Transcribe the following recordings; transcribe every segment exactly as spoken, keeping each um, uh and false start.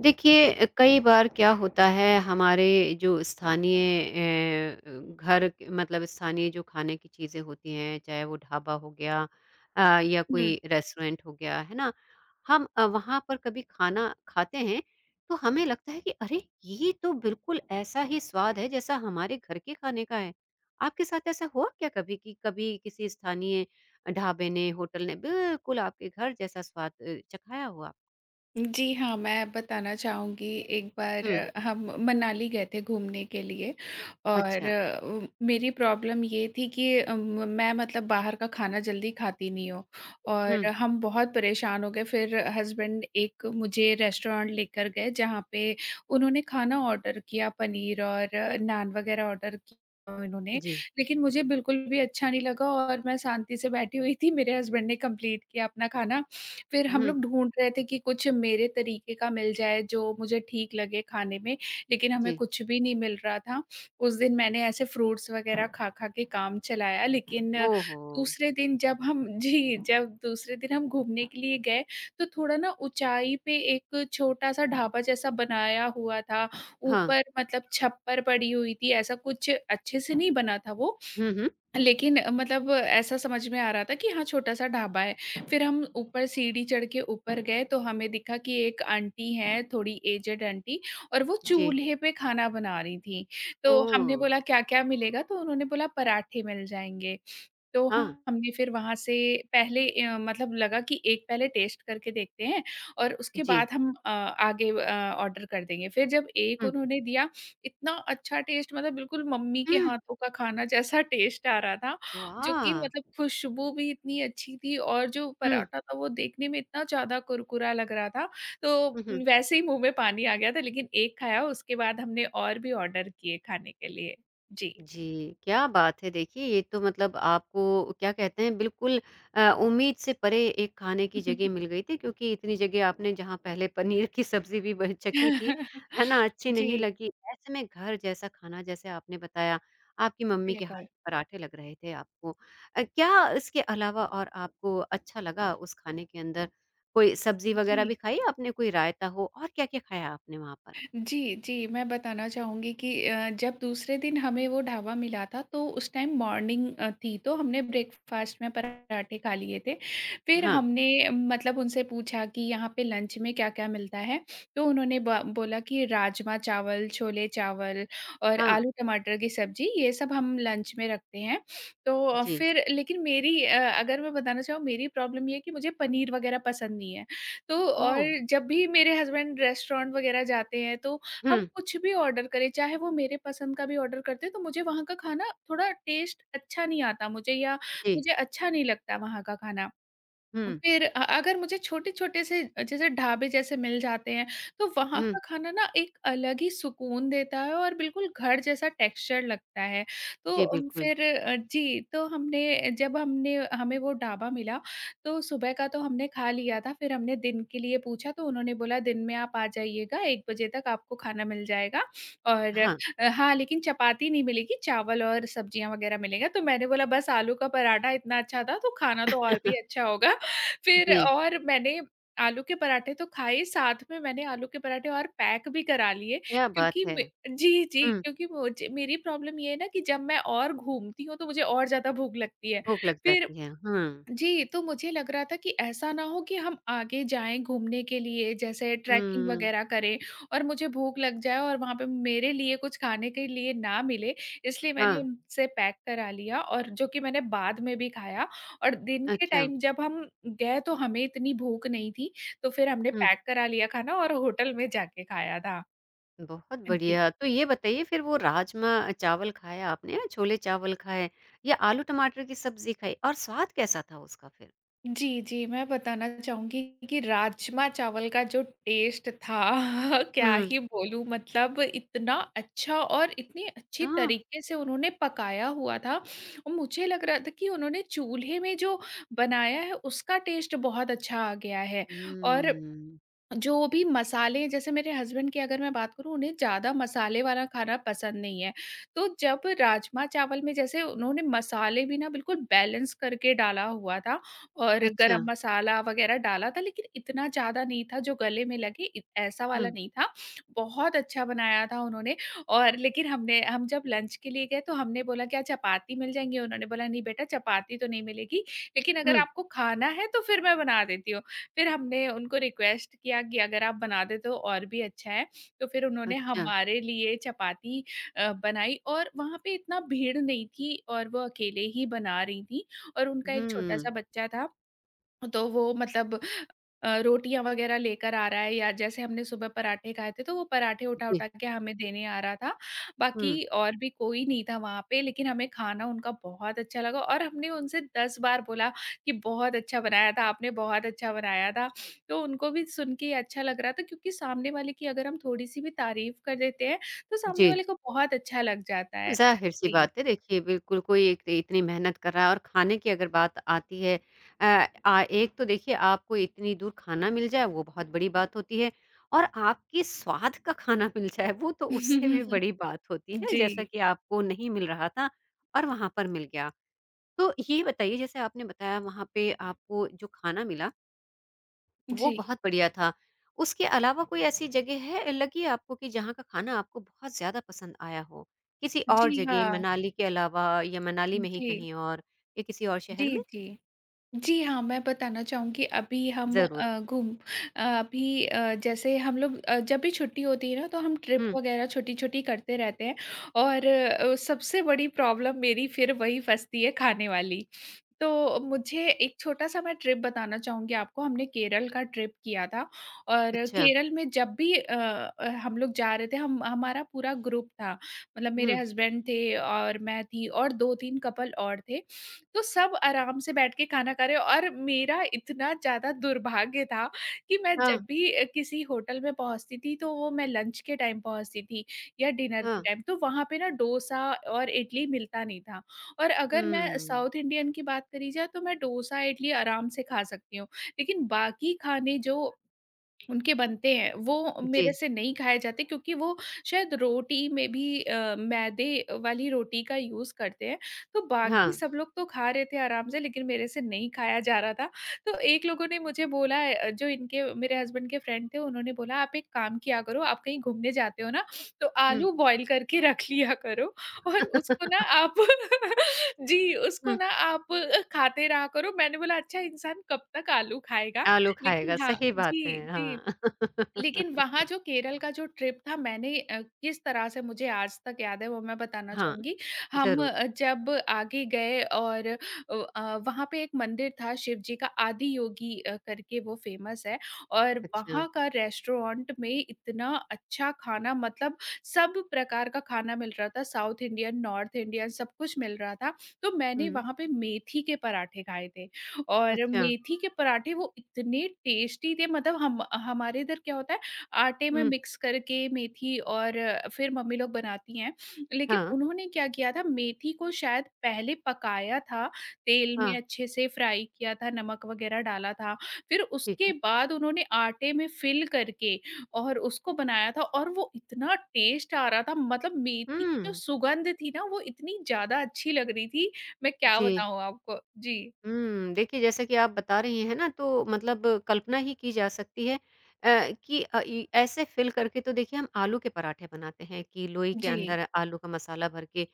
देखिए, कई बार क्या होता है हमारे जो स्थानीय अ, घर के- मतलब स्थानीय जो खाने की चीज़ें होती हैं, चाहे वो ढाबा हो गया अ, या कोई हुँ। रेस्टोरेंट हो गया, है ना? हम अ, वहाँ पर कभी खाना खाते हैं, तो हमें लगता है कि अरे! ये तो बिल्कुल ऐसा ही स्वाद है जैसा हमारे घर के खाने का है। आपके साथ ऐसा हुआ क्या कभी कि कभी किसी स्थानीय ढाबे ने, होटल ने बिल्कुल आपके घर जैसा स्वाद अ, चखाया हो आप? जी हाँ, मैं बताना चाहूँगी, एक बार हुँ, अ, हम मनाली गए थे घूमने के लिए। और अच्छा। अ, उ- मेरी प्रॉब्लम ये थी कि अ, म मैं मतलब बाहर का खाना जल्दी खाती नहीं हूँ। और हुँ, हम बहुत परेशान हो गए, फिर हस्बैंड एक मुझे रेस्टोरेंट लेकर गए जहाँ पे उन्होंने खाना ऑर्डर किया, पनीर और अ, नान वग़ैरह ऑर्डर किया उन्होंने। जी। लेकिन मुझे बिल्कुल भी अच्छा नहीं लगा और मैं शांति से बैठी हुई थी, मेरे हस्बैंड ने कंप्लीट किया अपना खाना। फिर हम हुँ, लोग ढूँढ रहे थे कि कुछ मेरे तरीके का मिल जाए जो मुझे ठीक लगे खाने में, लेकिन हमें जी। कुछ भी नहीं मिल रहा था। उस दिन मैंने ऐसे फ्रूट्स वग़ैरह खा-खा के काम चलाया, लेकिन ओहो! दूसरे दिन जब हम जी, जब दूसरे दिन हम घूमने के लिए गए, तो थोड़ा ना ऊँचाई पे एक छोटा-सा ढाबा जैसा बनाया हुआ था। हाँ। ऊपर मतलब छप्पर पड़ी हुई थी, ऐसा कुछ अच्छे से नहीं बना था वो, हुँ, हुँ। लेकिन अ, मतलब अ, ऐसा समझ में आ रहा था कि हाँ, छोटा-सा ढाबा है। फिर हम ऊपर सीढ़ी चढ़ के ऊपर गए तो हमें दिखा कि एक आंटी हैं, थोड़ी एजेड आंटी, और वो जी। चूल्हे पे खाना बना रही थीं। तो ओह! हमने बोला क्या-क्या मिलेगा? तो उन्होंने बोला पराठे मिल जाएँगे। तो हम- हाँ। हमने फिर वहाँ से पहले अ, मतलब लगा कि एक पहले टेस्ट करके देखते हैं, और उसके जी। बाद हम अ, आगे अ, ऑर्डर कर देंगे। फिर जब एक हुँ। उन्होंने दिया, इतना अच्छा टेस्ट, मतलब बिल्कुल मम्मी के हुँ! हाथों का खाना जैसा टेस्ट आ रहा था, जो कि वाह! मतलब खुशबू भी इतनी अच्छी थी और जो हुँ। पराठा था वो देखने में इतना ज़्यादा कुरकुरा लग रहा था, हुँ, तो हुँ। वैसे ही मुँह में पानी आ गया था। लेकिन एक खाया, उसके बाद हमने और भी ऑर्डर किए खाने के लिए। जी। जी, क्या बात है! देखिए, ये तो मतलब आपको क्या कहते हैं बिल्कुल अ, उम्मीद से परे एक खाने की जगह मिल गई थी क्योंकि इतनी जगह आपने जहाँ पहले पनीर की सब्ज़ी भी ब चखी थी, है ना? अच्छी जी। नहीं लगी। ऐसे में घर जैसा खाना जैसे आपने बताया, आपकी मम्मी के हाथ बिल्कुल। के पराठे लग रहे थे आपको। अ, क्या इसके अलावा और आपको अच्छा लगा उस खाने के अंदर? कोई सब्ज़ी वग़ैरह जी, भी खाई आपने, कोई रायता हो और क्या-क्या खाया आपने वहाँ पर? जी, जी, मैं बताना चाहूँगी कि अ, जब दूसरे दिन हमें वो ढाबा मिला था तो उस टाइम मॉर्निंग अ, थी, तो हमने ब्रेकफ़ास्ट में पराठे खा लिए थे। फिर हाँ, हमने अ, मतलब उनसे पूछा कि यहाँ पे लंच में क्या-क्या मिलता है? तो उन्होंने ब बोला कि राजमा-चावल, छोले-चावल और हाँ, आलू-टमाटर की सब्ज़ी ये सब हम लंच में रखते हैं। तो अ, जी। फिर लेकिन मेरी अ, अगर मैं बताना चाहूँ, मेरी प्रॉब्लम ये है कि मुझे पनीर वग़ैरह पसंद नहीं है। तो और ओह! जब भी मेरे हस्बैंड रेस्टोरेंट वगैरह जाते हैं तो हम हुँ, कुछ भी ऑर्डर करें, चाहे वो मेरे पसंद का भी ऑर्डर करते हैं, तो मुझे वहाँ का खाना थोड़ा टेस्ट अच्छा नहीं आता मुझे, या जी, मुझे अच्छा नहीं लगता वहाँ का खाना। हुँ। फिर अ अगर मुझे छोटे-छोटे से जैसे ढाबे जैसे मिल जाते हैं, तो वहाँ हुँ। का खाना ना एक अलग ही सुकून देता है और बिल्कुल घर जैसा टेक्सचर लगता है। तो जी, उम, बिल्कुल। फिर अ, जी, तो हमने जब हमने हमें वो ढाबा मिला, तो सुबह का तो हमने खा लिया था। फिर हमने दिन के लिए पूछा तो उन्होंने बोला दिन में आप आ जाइएगा, 1 बजे तक आपको खाना मिल जाएगा, और हाँ, अ, हाँ, लेकिन चपाती नहीं मिलेगी, चावल और सब्जियाँ वग़ैरह मिलेगा। तो मैंने बोला बस आलू का पराठा इतना अच्छा था, तो खाना तो और भी अच्छा होगा। फिर जी, और मैंने आलू के पराठे तो खाए, साथ में मैंने आलू के पराठे और पैक भी करा लिए, क्या बात क्योंकि है! मे जी, जी, हुँ, क्योंकि मुझे, मेरी प्रॉब्लम ये है ना कि जब मैं और घूमती हूँ, तो मुझे और ज़्यादा भूख लगती है। भूख लग फिर जाती है। हुँ, जी, तो मुझे लग रहा था कि ऐसा ना हो कि हम आगे जाएँ घूमने के लिए, जैसे ट्रैकिंग हुँ, वगैरह करें और मुझे भूख लग जाए और वहाँ पे मेरे लिए कुछ खाने के लिए ना मिले, इसलिए मैंने हाँ, उनसे पैक करा लिया, और जो कि मैंने बाद में भी खाया। और दिन के अच्छा, टाइम जब हम गए तो हमें इतनी भूख नहीं थी, तो फिर हमने हुँ, पैक करा लिया खाना और होटल में जाके खाया था। बहुत जी। बढ़िया। तो ये बताइए फिर वो राजमा चावल खाया आपने या छोले-चावल खाए या आलू टमाटर की सब्ज़ी खाई और स्वाद कैसा था उसका फिर? जी, जी, मैं बताना चाहूँगी कि राजमा-चावल का जो टेस्ट था, क्या हुँ, ही बोलूँ, मतलब इतना अच्छा और इतनी अच्छी हाँ, तरीके से उन्होंने पकाया हुआ था, और मुझे लग रहा था कि उन्होंने चूल्हे में जो बनाया है उसका टेस्ट बहुत अच्छा आ गया है। और हुँ, जो भी मसाले, जैसे मेरे हस्बैंड की अगर मैं बात करूँ, उन्हें ज़्यादा मसाले वाला खाना पसंद नहीं है। तो जब राजमा चावल में जैसे उन्होंने मसाले भी ना बिल्कुल बैलेंस करके डाला हुआ था, और अच्छा, गरम मसाला वग़ैरह डाला था, लेकिन इतना ज़्यादा नहीं था जो गले में लगे, इ ऐसा वाला हुँ, नहीं था। बहुत अच्छा बनाया था उन्होंने। और लेकिन हमने हम जब लंच के लिए गए तो हमने बोला क्या चपाती मिल जाएँगी? उन्होंने बोला नहीं बेटा, चपाती तो नहीं मिलेगी, लेकिन अगर हुँ, आपको खाना है तो फिर मैं बना देती हूँ। फिर हमने उनको रिक्वेस्ट किया कि अगर आप बना दें तो और भी अच्छा है, तो फिर उन्होंने अच्छा, हमारे लिए चपाती अ, बनाई। और वहाँ पे इतना भीड़ नहीं थी और वो अकेले ही बना रही थीं, और उनका एक छोटा-सा हुँ, बच्चा था। तो वो मतलब अ, रोटियाँ वग़ैरह लेकर आ रहा है, या जैसे हमने सुबह पराठे खाए थे, तो वो पराठे जी, उठा-उठा के हमें देने आ रहा था। बाकी हुँ, और भी कोई नहीं था वहाँ पे, लेकिन हमें खाना उनका बहुत अच्छा लगा, और हमने उनसे 10 बार बोला कि बहुत अच्छा बनाया था आपने, बहुत अच्छा बनाया था। तो उनको भी सुन के अच्छा लग रहा था, क्योंकि सामने वाले की अगर हम थोड़ी-सी भी तारीफ़ कर देते हैं, तो सामने जी। वाले को बहुत अच्छा लग जाता है। ज़ाहिर-सी जी। बात है देखिए बिल्कुल कोई एक इतनी मेहनत कर रहा है और खाने की अगर बात आती है अ, आ एक तो देखिए आपको इतनी दूर खाना मिल जाए वो बहुत बड़ी बात होती है और आपके स्वाद का खाना मिल जाए वो तो उससे भी बड़ी बात होती है जैसा जी, कि आपको नहीं मिल रहा था और वहाँ पर मिल गया। तो ये बताइए जैसे आपने बताया वहाँ पे आपको जो खाना मिला वो जी। बहुत बढ़िया था। उसके अलावा कोई ऐसी जगह है लगी आपको कि जहाँ का खाना आपको बहुत ज़्यादा पसंद आया हो? किसी जी, और जगह हाँ। मनाली के अलावा या मनाली में ही जी। कहीं और या किसी और शहर जी, में? जी। जी हाँ, मैं बताना चाहूँगी। अभी हम ज़रूर। अ, घूम अ, अभी अ, जैसे हम लोग अ, जब भी छुट्टी होती है ना, तो हम ट्रिप हुँ, वग़ैरह छोटी-छोटी करते रहते हैं, और अ, सबसे बड़ी प्रॉब्लम मेरी फिर वही फँसती है खाने वाली। तो मुझे एक छोटा-सा मैं ट्रिप बताना चाहूँगी आपको, हमने केरल का ट्रिप किया था, और अच्छा। केरल में जब भी अ अ, हम लोग जा रहे थे, हम हमारा पूरा ग्रुप था। मतलब मेरे हुँ, हस्बैंड थे और मैं थी और दो तीन कपल और थे। तो सब आराम से बैठ के खाना खा रहे हैं, और मेरा इतना ज़्यादा दुर्भाग्य था कि मैं हाँ, जब भी अ, किसी होटल में पहुँचती थी, तो वो मैं लंच के टाइम पहुँचती थी या डिनर के हाँ। टाइम, तो वहाँ पे ना डोसा और इडली मिलता नहीं था। और अगर मैं हुँ, साउथ इंडियन की बात करी जाए, तो मैं डोसा, इडली आराम से खा सकती हूँ, लेकिन बाकी खाने जो उनके बनते हैं, वो मेरे जी, से नहीं खाए जाते, क्योंकि वो शायद रोटी में भी अ, मैदे वाली रोटी का यूज़ करते हैं, तो बाकी हाँ, सब लोग तो खा रहे थे आराम से, लेकिन मेरे से नहीं खाया जा रहा था। तो एक लोगों ने मुझे बोला, अ, जो इनके, मेरे हस्बैंड के फ्रेंड थे उन्होंने बोला, "आप एक काम किया करो, आप कहीं घूमने जाते हो ना, तो हुँ। हुँ, आलू बॉयल करके रख लिया करो, और उसको ना आप" जी, "उसको ना आप खाते रहा करो।" मैंने बोला, "अच्छा इंसान कब तक आलू खाएगा?" आलू खाएगा, लेकिन हाँ, सही बात है, जी, जी। हाँ। लेकिन वहाँ जो केरल का जो ट्रिप था, मैंने अ, किस तरह से मुझे आज तक याद है वो मैं बताना हाँ, चाहूँगी। हम ज़रूर। अ, जब आगे गए, और अ अ, वहाँ पे एक मंदिर था, शिव जी का आदि योगी अ, करके वो फ़ेमस है, और अच्छा, वहाँ का रेस्टोरेंट में इतना अच्छा खाना, मतलब सब प्रकार का खाना मिल रहा था, साउथ इंडियन, नॉर्थ इंडियन सब कुछ मिल रहा था। तो मैंने हुँ, वहाँ पे मेथी के पराठे खाए थे। और अच्छा, मेथी के पराठे वो इतने टेस्टी थे, मतलब हम हमारे इधर क्या होता है, आटे में हुँ, मिक्स करके मेथी, और फिर मम्मी लोग बनाती हैं। लेकिन हाँ, उन्होंने क्या किया था, मेथी को शायद पहले पकाया था, तेल में हाँ, अच्छे से फ्राई किया था, नमक वगैरह डाला था। फिर ठीक उसके है। बाद उन्होंने आटे में फिल करके और उसको बनाया था, और वो इतना टेस्ट आ रहा था, मतलब मेथी की जो हुँ, सुगंध थी ना वो इतनी ज़्यादा अच्छी लग रही थी, मैं क्या जी। बताऊँ आपको? जी। हुँ, देखिए जैसा कि आप बता रही हैं ना तो मतलब कल्पना ही की जा सकती है अ, कि अ, इ ऐसे फ़िल करके तो देखिए हम आलू के पराठे बनाते हैं कि लोई के जी। अंदर आलू का मसाला भर के।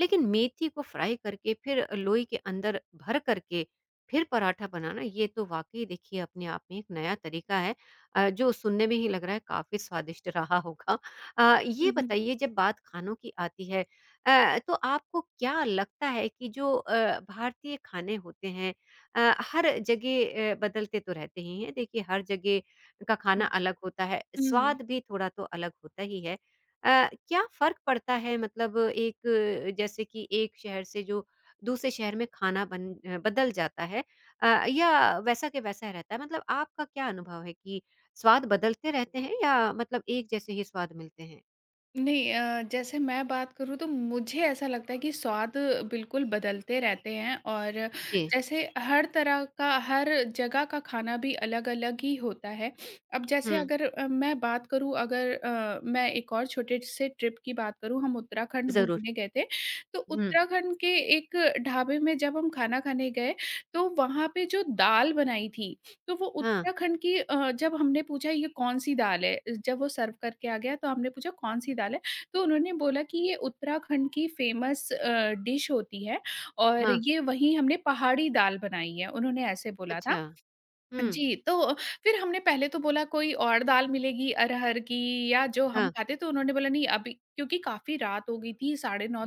लेकिन मेथी को फ्राई करके फिर लोई के अंदर भर कर के फिर पराठा बनाना ये तो वाक़ई देखिए अपने आप में एक नया तरीका है, अ, जो सुनने में ही लग रहा है काफ़ी स्वादिष्ट रहा होगा। अ, ये हुँ, हुँ। बताइए जब बात खानों की आती है अ, तो आपको क्या लगता है कि जो अ, भारतीय खाने होते हैं अ, हर जगह अ, बदलते तो रहते ही हैं, देखिए हर जगह का खाना अलग होता है, हुँ, हुँ। स्वाद भी थोड़ा तो अलग होता ही है। अ, क्या फर्क पड़ता है मतलब एक अ, जैसे कि एक शहर से जो दूसरे शहर में खाना बन अ, बदल जाता है, अ, या वैसा के वैसा रहता है। मतलब आपका क्या अनुभव है कि स्वाद बदलते रहते हैं या मतलब एक जैसे ही स्वाद मिलते हैं? नहीं, अ, जैसे मैं बात करूँ तो मुझे ऐसा लगता है कि स्वाद बिल्कुल बदलते रहते हैं, और जी। जैसे हर तरह का हर जगह का खाना भी अलग-अलग ही होता है। अब जैसे हम्म। अगर अ, मैं बात करूँ, अगर अ, मैं एक और छोटे से ट्रिप की बात करूँ, हम उत्तराखंड जरूर। घूमने गए थे। तो उत्तराखंड के एक ढाबे में जब हम खाना खाने गए, तो वहाँ पे जो दाल बनाई थी, तो वो हाँ, उत्तराखंड की अ, जब हमने पूछा ये कौन-सी दाल है? जब वो सर्व करके आ गया तो हमने पूछा कौन-सी दाल है? तो उन्होंने बोला कि ये उत्तराखंड की फ़ेमस अ, डिश होती है और हाँ, ये वहीं हमने पहाड़ी दाल बनाई है, उन्होंने ऐसे बोला था। अच्छा। हुँ, जी, तो फिर हमने पहले तो बोला कोई और दाल मिलेगी अरहर की या जो हम हाँ, खाते तो उन्होंने बोला नहीं अभी क्योंकि काफ़ी रात हो गई थी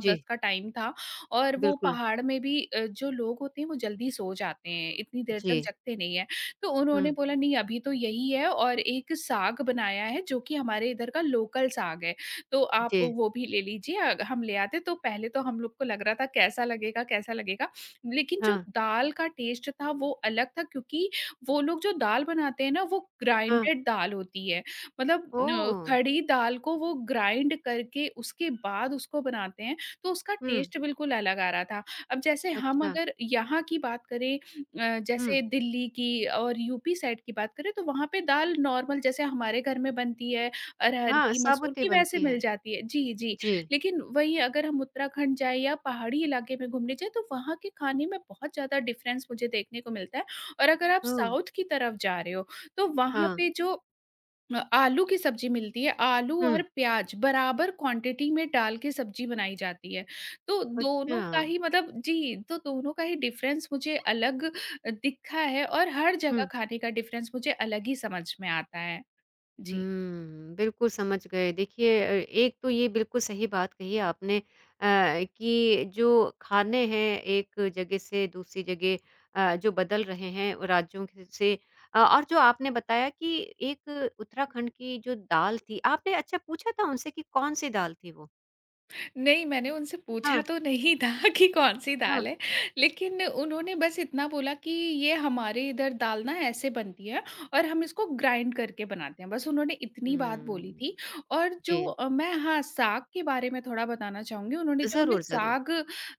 जी, का टाइम था और वो बिल्कुल, पहाड़ में भी अ, जो लोग होते हैं वो जल्दी सो जाते हैं, इतनी देर तक जी, जगते नहीं हैं। तो उन्होंने हुँ, बोला नहीं अभी तो यही है और एक साग बनाया है जो कि हमारे इधर का लोकल साग है, तो आप जी, वो भी ले लीजिए अ, हम ले आते तो पहले तो हम लोग को लग रहा था कैसा लगेगा, कैसा लगेगा? लेकिन जो हाँ, दाल का टेस्ट था वो अलग था क्योंकि वो लोग जो दाल बनाते हैं ना वो हाँ, ग्राइंडेड दाल होती है। मतलब अ, ओह! खड़ी दाल को वो ग्राइंड करके उसके बाद उसको बनाते हैं, तो उसका हुँ, टेस्ट बिल्कुल अलग आ रहा था। अब जैसे हम अच्छा, अगर यहाँ की बात करें अ, हुँ, जैसे दिल्ली की और यूपी साइड की बात करें तो वहाँ पे दाल नॉर्मल जैसे हमारे घर में बनती है, अरहर हाँ, की, मसूर साबूती की वैसे बनती है। मिल जाती है। जी, जी। जी, लेकिन वहीं अगर हम उत्तराखंड जाएँ या पहाड़ी इलाके में घूमने जाएँ तो वहाँ के खाने में बहुत ज़्यादा डिफ़रेंस मुझे देखने को मिलता है। और अगर आप हाँ, साउथ की तरफ जा रहे हो, तो वहाँ हाँ, पे जो अ, आलू की सब्ज़ी मिलती है, आलू हुँ, और प्याज़ बराबर क्वांटिटी में डाल के सब्ज़ी बनाई जाती है। तो दोनों अच्छा, का ही मतलब जी, तो दोनों का ही डिफ़रेंस मुझे अलग अ, दिखा है और हर जगह हुँ। खाने का डिफ़रेंस मुझे अलग ही समझ में आता है। जी। हुँ, बिल्कुल समझ गए। देखिए अ, एक तो ये बिल्कुल सही बात कही आपने, अ, कि जो खाने हैं एक जगह से दूसरी जगह अ, जो बदल रहे हैं वो राज्यों क से, अ, और जो आपने बताया कि एक उत्तराखंड की जो दाल थी, आपने अच्छा पूछा था उनसे कि कौन-सी दाल थी वो? नहीं, मैंने उनसे हाँ, पूछा तो नहीं था कि कौन-सी हाँ। दाल है, लेकिन उन्होंने बस इतना बोला कि ये हमारे इधर दाल ना ऐसे बनती है और हम इसको ग्राइंड करके बनाते हैं। बस उन्होंने इतनी बात बोली हुँ, थी और जो जी। अ, मैं हाँ, साग के बारे में थोड़ा बताना चाहूँगी। उन्होंने जो हमें ज़रूर, ज़रूर। साग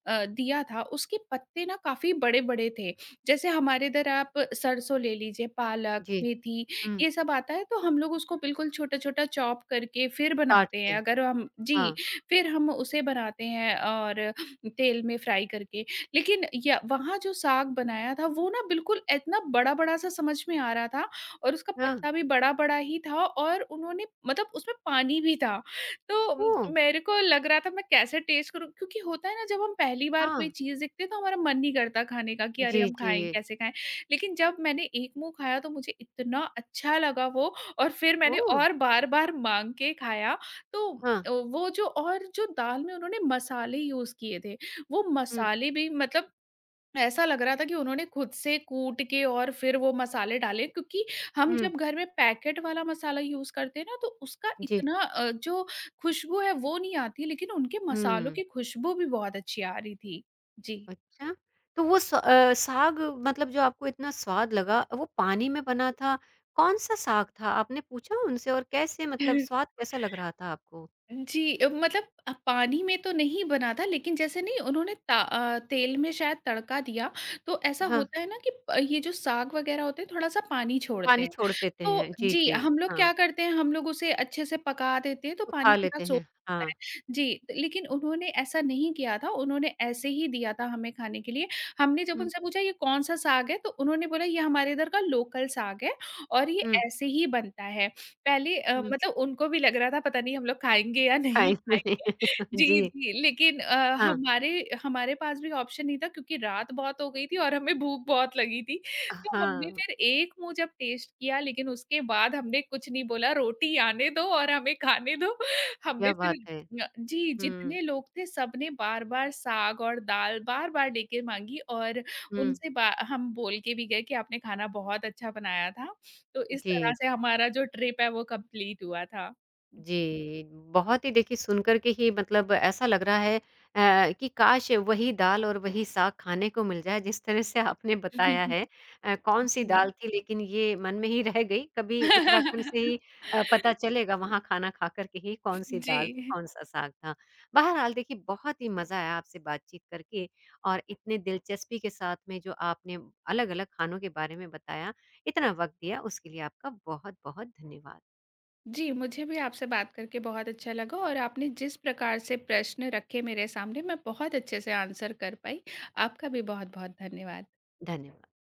अ, दिया था, उसके पत्ते ना काफ़ी बड़े-बड़े थे। जैसे हमारे इधर आप सरसों ले लीजिए, पालक, जी, मेथी हुँ, ये सब आता है तो हम लोग उसको बिल्कुल छोटा-छोटा चॉप करके फिर काट बनाते के। हैं। अगर हम जी, हाँ, फिर हम उसे बनाते हैं और तेल में फ्राई करके। लेकिन या वहाँ जो साग बनाया था वो ना बिल्कुल इतना बड़ा-बड़ा सा समझ में आ रहा था और उसका हाँ। पत्ता भी बड़ा-बड़ा ही था और उन्होंने मतलब उसमें पानी भी था। ओह! तो मेरे को लग रहा था मैं कैसे टेस्ट करूँ? क्योंकि होता है ना जब हम पहली बार कोई हाँ। चीज़ देखते हैं तो हमारा मन नहीं करता खाने का कि अरे जी, हम जी। खाएँ, कैसे खाएँ? लेकिन जब मैंने एक मुँह खाया तो मुझे इतना अच्छा लगा वो और फिर मैंने ओह! और बार-बार माँग के खाया। तो हाँ, अ, वो जो और जो दाल में उन्होंने मसाले यूज़ किए थे, वो हुँ, मसाले भी मतलब ऐसा लग रहा था कि उन्होंने खुद से कूट के और फिर वो मसाले डाले क्योंकि हम हुँ। जब घर में पैकेट वाला मसाला यूज़ करते हैं ना, तो उसका जी। इतना अ, जो खुशबू है वो नहीं आती, लेकिन उनके मसालों हुँ, की खुशबू भी बहुत अच्छी आ रही थी। जी। अच्छा। तो वो स अ, साग मतलब जो आपको इतना स्वाद लगा, वो पानी में बना था, कौन-सा साग था? आपने पूछा उनसे और कैसे मतलब स्वाद कैसा लग रहा था आपको? जी अ, मतलब अ, पानी में तो नहीं बना था लेकिन जैसे नहीं उन्होंने ता अ, तेल में शायद तड़का दिया, तो ऐसा हाँ, होता है ना कि प ये जो साग वग़ैरह होते हैं थोड़ा-सा पानी छोड़ते पानी हैं। छोड़ देते तो हैं। जी, जी, जी। हम लोग हाँ, क्या करते हैं हम लोग उसे अच्छे से पका देते हैं तो तो खा पानी थोड़ा लेते सोख हैं। जाता हाँ। है। जी, तो लेकिन उन्होंने ऐसा नहीं किया था, उन्होंने ऐसे ही दिया था हमें खाने के लिए। हमने जब हुँ, उनसे पूछा ये कौन-सा साग है? तो उन्होंने बोला ये हमारे इधर का लोकल साग है और ये हुँ, ऐसे ही बनता है। पहले अ, हुँ। मतलब उनको भी लग रहा था पता नहीं हम लोग खाएँगे या नहीं खाएँगे खाएँगे। नहीं। जी, जी, जी, लेकिन अ, हाँ। हमारे हमारे पास भी ऑप्शन नहीं था क्योंकि रात बहुत हो गई थी और हमें भूख बहुत लगी थी। तो हमने हाँ, फिर एक मुँह जब टेस्ट किया लेकिन उसके बाद हमने कुछ नहीं बोला, रोटी आने दो और हमें खाने दो। क्या हमने बात फिर है। अ, जी, हुँ, जितने लोग थे सबने बार-बार साग और दाल बार-बार लेके माँगी और हुँ। उनसे बा हम बोल के भी गए कि आपने खाना बहुत अच्छा बनाया था। तो इस जी। तरह से हमारा जो ट्रिप है वो कंप्लीट हुआ था। जी। जी, बहुत ही देखिए सुनकर के ही मतलब ऐसा लग रहा है अ, कि काश वही दाल और वही साग खाने को मिल जाए जिस तरह से आपने बताया है। अ, कौन-सी दाल जी। थी लेकिन ये मन में ही रह गई, कभी उत्तराखंड से ही अ, पता चलेगा वहाँ खाना खा कर के ही कौन-सी दाल थी, जी। कौन-सा साग था। बहरहाल देखिए बहुत ही मज़ा आया आपसे बातचीत करके और इतने दिलचस्पी के साथ में जो आपने अलग-अलग खानों के बारे में बताया, इतना वक़्त दिया। उसके लिए आपका बहुत-बहुत धन्यवाद। जी, मुझे भी आपसे बात करके बहुत अच्छा लगा और आपने जिस प्रकार से प्रश्न रखे मेरे सामने मैं बहुत अच्छे से आंसर कर पाई। आपका भी बहुत-बहुत धन्यवाद। धन्य